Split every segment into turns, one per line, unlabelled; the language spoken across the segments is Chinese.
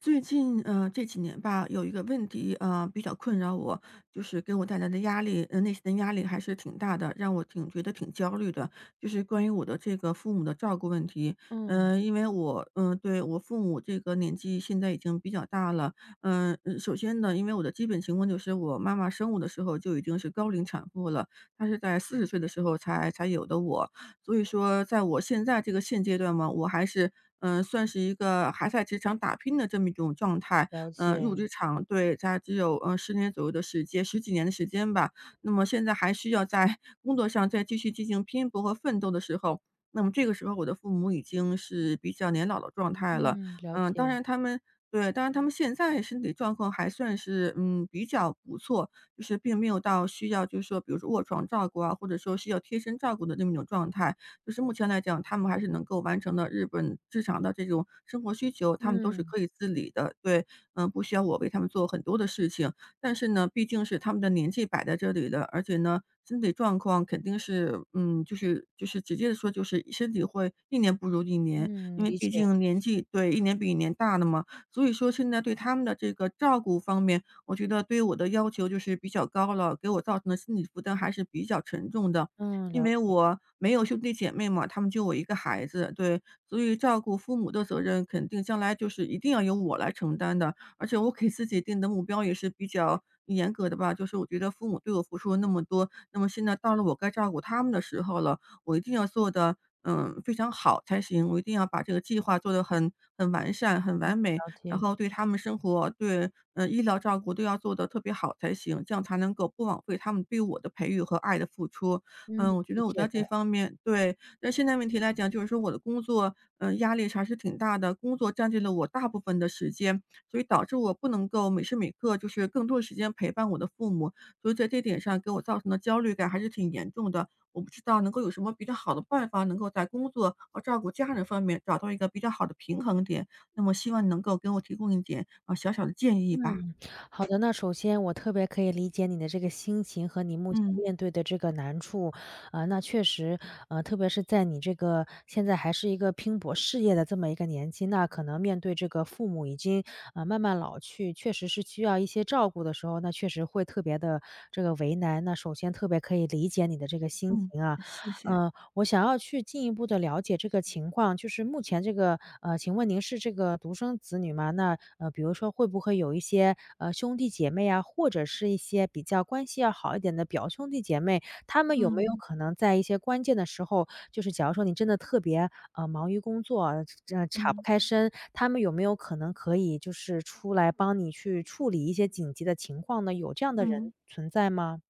最近这几年吧，有一个问题比较困扰我，就是给我带来的压力，内心的压力还是挺大的，让我挺觉得挺焦虑的。就是关于我的这个父母的照顾问题，
嗯，
因为我对我父母这个年纪现在已经比较大了，首先呢，因为我的基本情况就是我妈妈生我的时候就已经是高龄产妇了，她是在40岁的时候才有的我，所以说在我现在这个现阶段嘛，我还是，算是一个还在职场打拼的这么一种状态。
了
入
解，
职场对，才只有，10年左右的时间十几年的时间吧。那么现在还需要在工作上再继续进行拼搏和奋斗的时候，那么这个时候我的父母已经是比较年老的状态了。
嗯，了
当
解，
然他们对，当然他们现在身体状况还算是，比较不错，就是并没有到需要就是说比如说卧床照顾啊，或者说需要贴身照顾的这么一种状态。就是目前来讲，他们还是能够完成的日常的这种生活需求，他们都是
嗯，
可以自理的。对，不需要我为他们做很多的事情。但是呢，毕竟是他们的年纪摆在这里的，而且呢，身体状况肯定是，就是直接的说，就是身体会一年不如一年，
嗯，
因为
理
毕
解，
竟年纪对，一年比一年大了嘛。所以说现在对他们的这个照顾方面，我觉得对我的要求就是比较高了，给我造成的心理负担还是比较沉重的。
嗯，
因
了
为
解，
我没有兄弟姐妹嘛，他们就我一个孩子，对，所以照顾父母的责任肯定将来就是一定要由我来承担的。而且我给自己定的目标也是比较严格的吧，就是我觉得父母对我付出了那么多，那么现在到了我该照顾他们的时候了，我一定要做的，非常好才行。我一定要把这个计划做得很完善、很
嗯，
完美，
了
然
解，
后对他们生活、对，医疗照顾都要做得特别好才行，这样才能够不枉费他们对我的培育和爱的付出。
嗯，
我觉
理
得我
解
在这
的，
方面对，但现在问题来讲，就是说我的工作，压力还是挺大的，工作占据了我大部分的时间，所以导致我不能够每时每刻就是更多的时间陪伴我的父母，所以在这点上给我造成的焦虑感还是挺严重的。我不知道能够有什么比较好的办法，能够在工作和照顾家人方面找到一个比较好的平衡点。那么希望你能够给我提供一点啊小小的建
嗯，
议吧。
好的。那首先我特别可以理解你的这个心情和你目前
嗯
面对的这个难处，啊，那确实，特别是在你这个现在还是一个拼搏事业的这么一个年纪，那可能面对这个父母已经，慢慢老去，确实是需要一些照顾的时候，那确实会特别的这个为难。那首先特别可以理解你的这个心
嗯，
情啊，
谢谢。
嗯。我想要去进一步的了解这个情况，就是目前这个请问您是这个独生子女吗？那，比如说会不会有一些，兄弟姐妹啊，或者是一些比较关系要好一点的表兄弟姐妹，他们有没有
嗯
可能在一些关键的时候，就是假如说你真的特别，忙于工作啊，岔不
嗯
开身，他们有没有可能可以就是出来帮你去处理一些紧急的情况呢？有这样的人
嗯。
存在吗？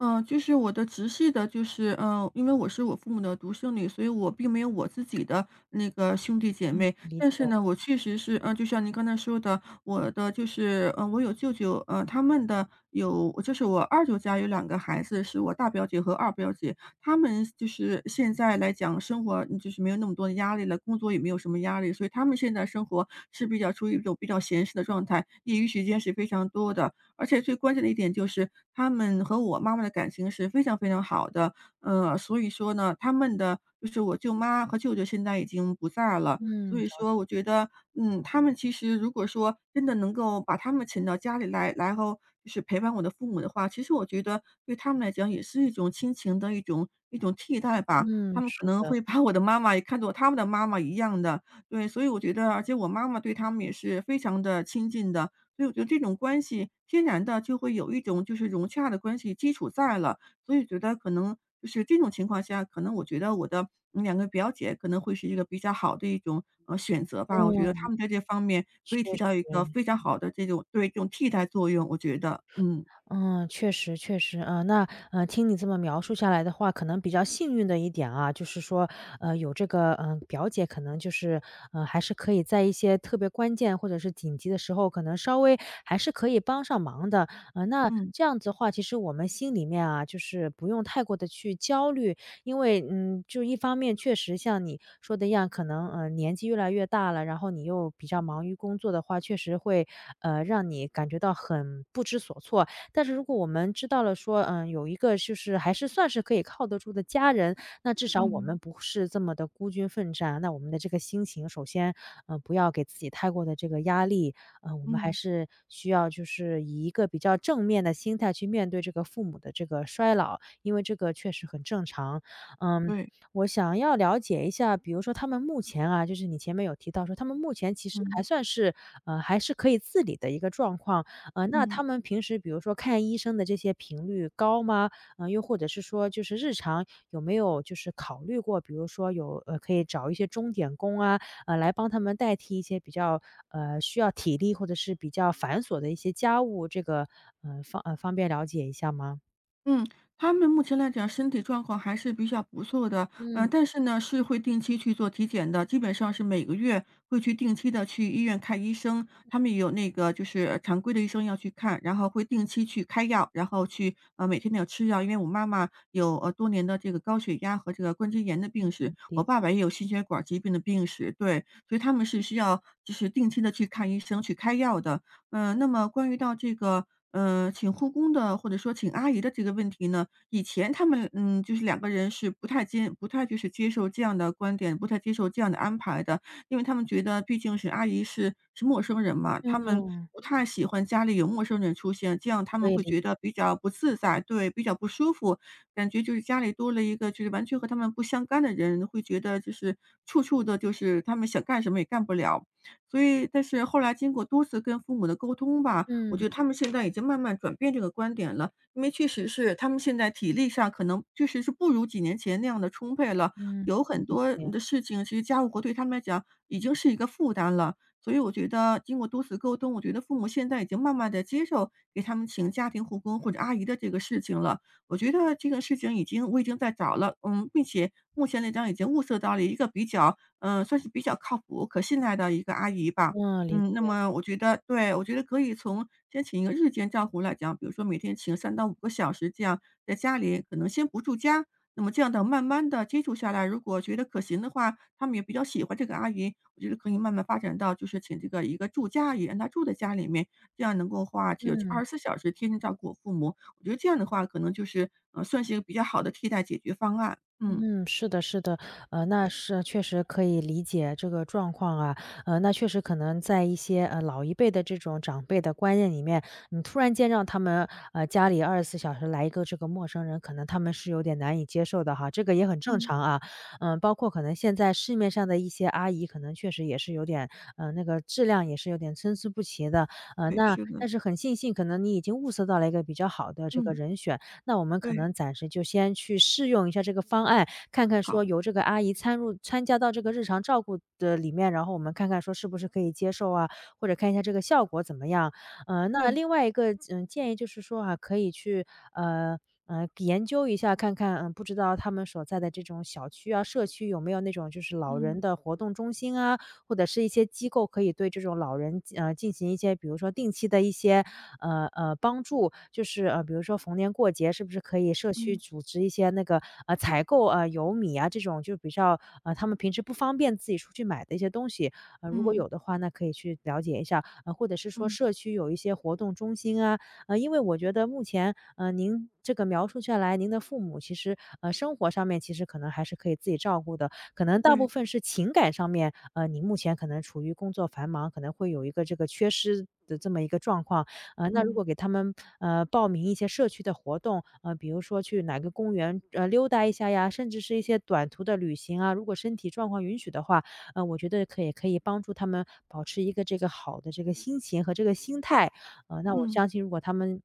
嗯，就是我的直系的，就是因为我是我父母的独生女，所以我并没有我自己的那个兄弟姐妹。
理
但是
解，
呢，我确实是，就像您刚才说的，我的就是，我有舅舅，他们的有，就是我二舅家有两个孩子，是我大表姐和二表姐，他们就是现在来讲，生活就是没有那么多的压力了，工作也没有什么压力，所以他们现在生活是比较处于一种比较闲适的状态，业余时间是非常多的。而且最关键的一点就是，他们和我妈妈的感情是非常非常好的。所以说呢，他们的就是我舅妈和舅舅现在已经不在了，
嗯，
所以
了
说
解，
我觉得，他们其实如果说真的能够把他们请到家里来，然后就是陪伴我的父母的话，其实我觉得对他们来讲也是一种亲情的一种替代吧。
嗯，
他们可
是
能
的，
会把我的妈妈也看作他们的妈妈一样的，对，所以我觉得，而且我妈妈对他们也是非常的亲近的。所以我觉得这种关系天然的就会有一种就是融洽的关系基础在了，所以觉得可能就是这种情况下，可能我觉得我的两个表姐可能会是一个比较好的一种，选择吧。我觉得他
嗯。
们在这方面可
确
以提到一
实，
个非常好的这种对，这种替代作用，我觉得，
嗯，确实确实，那，听你这么描述下来的话，可能比较幸运的一点啊，就是说，有这个，表姐可能就是，还是可以在一些特别关键或者是紧急的时候，可能稍微还是可以帮上忙的。那
嗯。
这样子的话，其实我们心里面啊，就是不用太过的去焦虑，因为，就一方面确实像你说的一样，可能，年纪越来越大了，然后你又比较忙于工作的话，确实会，让你感觉到很不知所措。但是如果我们知道了说，有一个就是还是算是可以靠得住的家人，那至少我们
嗯，
不是这么的孤军奋战，那我们的这个心情首先，不要给自己太过的这个压力，我们还
嗯，
是需要就是以一个比较正面的心态去面对这个父母的这个衰老，因为这个确实很正常。嗯，
对，
我想要了解一下，比如说他们目前啊，就是你前面有提到说他们目前其实还
嗯，
算是，还是可以自理的一个状况，那
嗯。
他们平时比如说看医生的这些频率高吗？又或者是说就是日常有没有就是考虑过，比如说有，可以找一些钟点工啊，来帮他们代替一些比较，需要体力或者是比较繁琐的一些家务，这个，方便了解一下吗？
嗯，他们目前来讲身体状况还是比较不错的，
嗯，
但是呢，是会定期去做体检的，基本上是每个月会去定期的去医院看医生。他们有那个就是常规的医生要去看，然后会定期去开药，然后每天都要吃药。因为我妈妈有，多年的这个高血压和这个关节炎的病史，
理
我爸
解，
爸也有心血管疾病的病史，对，所以他们是需要就是定期的去看医生，去开药的。那么关于到这个，请护工的或者说请阿姨的这个问题呢，以前他们，就是两个人是不太就是接受这样的观点，不太接受这样的安排的。因为他们觉得毕竟是阿姨是陌生人嘛，他们
嗯，
不太喜欢家里有陌生人出现，这样他
可
们
以
会
理
觉得比较不自在，对，比较不舒服，感觉就是家里多了一个就是完全和他们不相干的人，会觉得就是处处的就是他们想干什么也干不了。所以但是后来经过多次跟父母的沟通吧，我
嗯，
觉得他们现在已经慢慢转变这个观点了。因为确实是他们现在体力上可能确实是不如几年前那样的充沛了，
嗯，
有很
理
多
解，
的事情，其实家务活对他们来讲已经是一个负担了。所以我觉得经过多次沟通，我觉得父母现在已经慢慢的接受给他们请家庭护工或者阿姨的这个事情了。我觉得这个事情已经我已经在找了，并且目前来讲已经物色到了一个比较算是比较靠谱、可信赖的一个阿姨吧。
嗯，理
那
解，
么我觉得对，我觉得可以从先请一个日间照护来讲，比如说每天请3到5个小时这样，在家里可能先不住家，那么这样的慢慢的接触下来，如果觉得可行的话，他们也比较喜欢这个阿姨，我觉得可以慢慢发展到就是请这个一个住家阿姨，让她住在家里面，这样能够话只有
嗯。
24小时贴身照顾我父母，我觉得这样的话可能就是，算是一个比较好的替代解决方案。嗯。
嗯，是的，是的，那是确实可以理解这个状况啊，那确实可能在一些老一辈的这种长辈的观念里面，你突然间让他们家里24小时来一个这个陌生人，可能他们是有点难以接受的哈，这个也很正
嗯，
常啊，包括可能现在市面上的一些阿姨，可能确实也是有点，那个质量也是有点参差不齐的，
对，
那
是的，
但是很庆幸，可能你已经物色到了一个比较好的这个
嗯，
人选。那我们可
对。
能暂时就先去试用一下这个方案，看看说
好，
由这个阿姨参加到这个日常照顾的里面，然后我们看看说是不是可以接受啊，或者看一下这个效果怎么样。那
对，
另外一个，建议就是说啊，可以去呃。研究一下看看，不知道他们所在的这种小区啊、社区有没有那种就是老人
嗯，
的活动中心啊，或者是一些机构可以对这种老人，进行一些比如说定期的一些，帮助。就是，比如说逢年过节是不是可以社区
嗯，
组织一些那个，采购，油米啊，这种就比较，他们平时不方便自己出去买的一些东西，如果
嗯，
有的话，那可以去了解一下。或者是说
嗯，
社区有一些活动中心啊，因为我觉得目前，您这个描述下来，您的父母其实，生活上面其实可能还是可以自己照顾的，可能大部
对，
分是情感上面，你目前可能处于工作繁忙，可能会有一个这个缺失的这么一个状况。那如
嗯，
果给他们，报名一些社区的活动，比如说去哪个公园，溜达一下呀，甚至是一些短途的旅行啊，如果身体状况允许的话，我觉得可以帮助他们保持一个这个好的这个心情和这个心态。那我
嗯，
相信如果他们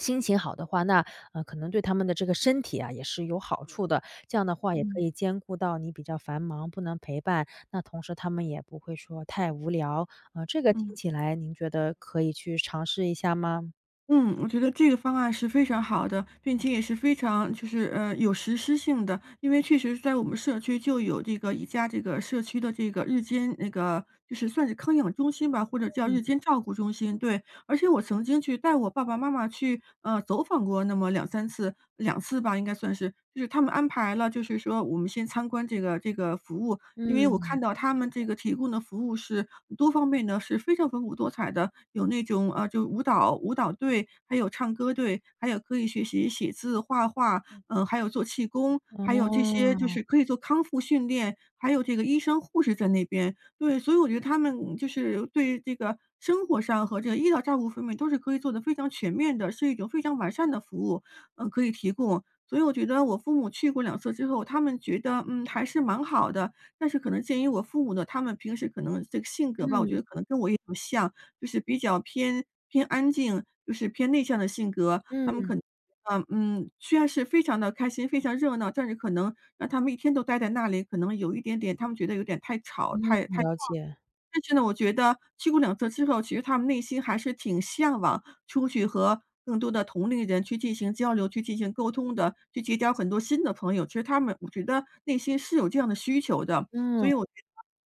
心情好的话，那，可能对他们的这个身体啊，也是有好处的。这样的话也可
嗯，
以兼顾到你比较繁忙，不能陪伴，那同时他们也不会说太无聊。这个听
嗯，
起来您觉得可以去尝试一下吗？
嗯，我觉得这个方案是非常好的，并且也是非常就是有实施性的，因为确实在我们社区就有这个宜家这个社区的这个日间那个就是算是康养中心吧，或者叫日间照顾中心，对，而且我曾经去带我爸爸妈妈走访过那么两三次，两次吧，应该算是，就是他们安排了，就是说我们先参观这个服务，因为我
嗯，
看到他们这个提供的服务是多方面的，是非常丰富多彩的，有那种，啊，就舞蹈队，还有唱歌队，还有可以学习写字、画画，还有做气功，还有这
哦，
些就是可以做康复训练，还有这个医生、护士在那边。对，所以我觉得他们就是对这个生活上和这个医疗照顾方面都是可以做得非常全面的，是一种非常完善的服务，可以提供。所以我觉得我父母去过两次之后，他们觉得，还是蛮好的，但是可能鉴于我父母呢，他们平时可能这个性格吧，我
嗯，
觉得可能跟我也不像，就是比较偏安静，就是偏内向的性格。他们
嗯，
可能，嗯虽然是非常的开心、非常热闹，但是可能让他们一天都待在那里，可能有一点点他们觉得有点太
嗯，
吵，
了解。
但是呢，我觉得去过两次之后，其实他们内心还是挺向往出去和更多的同龄人去进行交流、去进行沟通的，去结交很多新的朋友。其实他们我觉得内心是有这样的需求的，所
嗯，
以我觉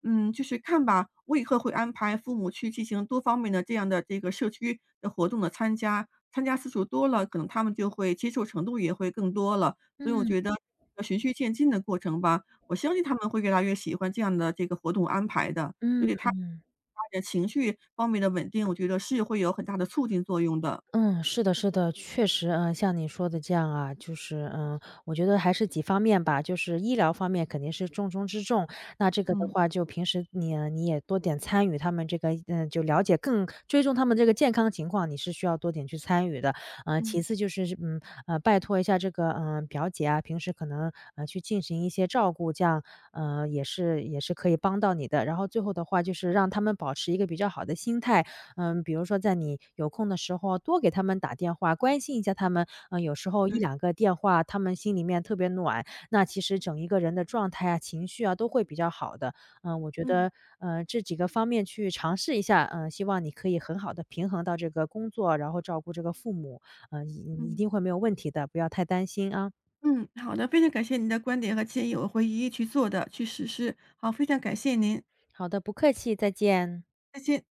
得，就是看吧，我以后会安排父母去进行多方面的这样的这个社区的活动的参加，参加次数多了，可能他们就会接受程度也会更多了。所以我
嗯，
觉得循序渐进的过程吧，我相信他们会越来越喜欢这样的这个活动安排的。对
嗯，
对他
嗯。
他的情绪方面的稳定，我觉得是会有很大的促进作用的。
嗯，是的，是的，确实，像你说的这样啊，就是，我觉得还是几方面吧，就是医疗方面肯定是重中之重。那这个的
嗯。
话，就平时你也多点参与他们这个，就了解更追踪他们这个健康情况，你是需要多点去参与的。嗯。其
嗯，
次就是，拜托一下这个，表姐啊，平时可能去进行一些照顾，这样，也是可以帮到你的。然后最后的话，就是让他们保持一个比较好的心态，比如说在你有空的时候多给他们打电话，关心一下他们。嗯，有时候一
对。
两个电话，他们心里面特别暖，那其实整一个人的状态啊、情绪啊都会比较好的。我觉
嗯，
得，这几个方面去尝试一下，希望你可以很好的平衡到这个工作，然后照顾这个父母，嗯，一一
嗯，
定会没有问题的，不要太担心啊。
嗯，好的，非常感谢您的观点和建议，我会一一去做的，去实施。好，非常感谢您，
好的，不客气，再见。
再见。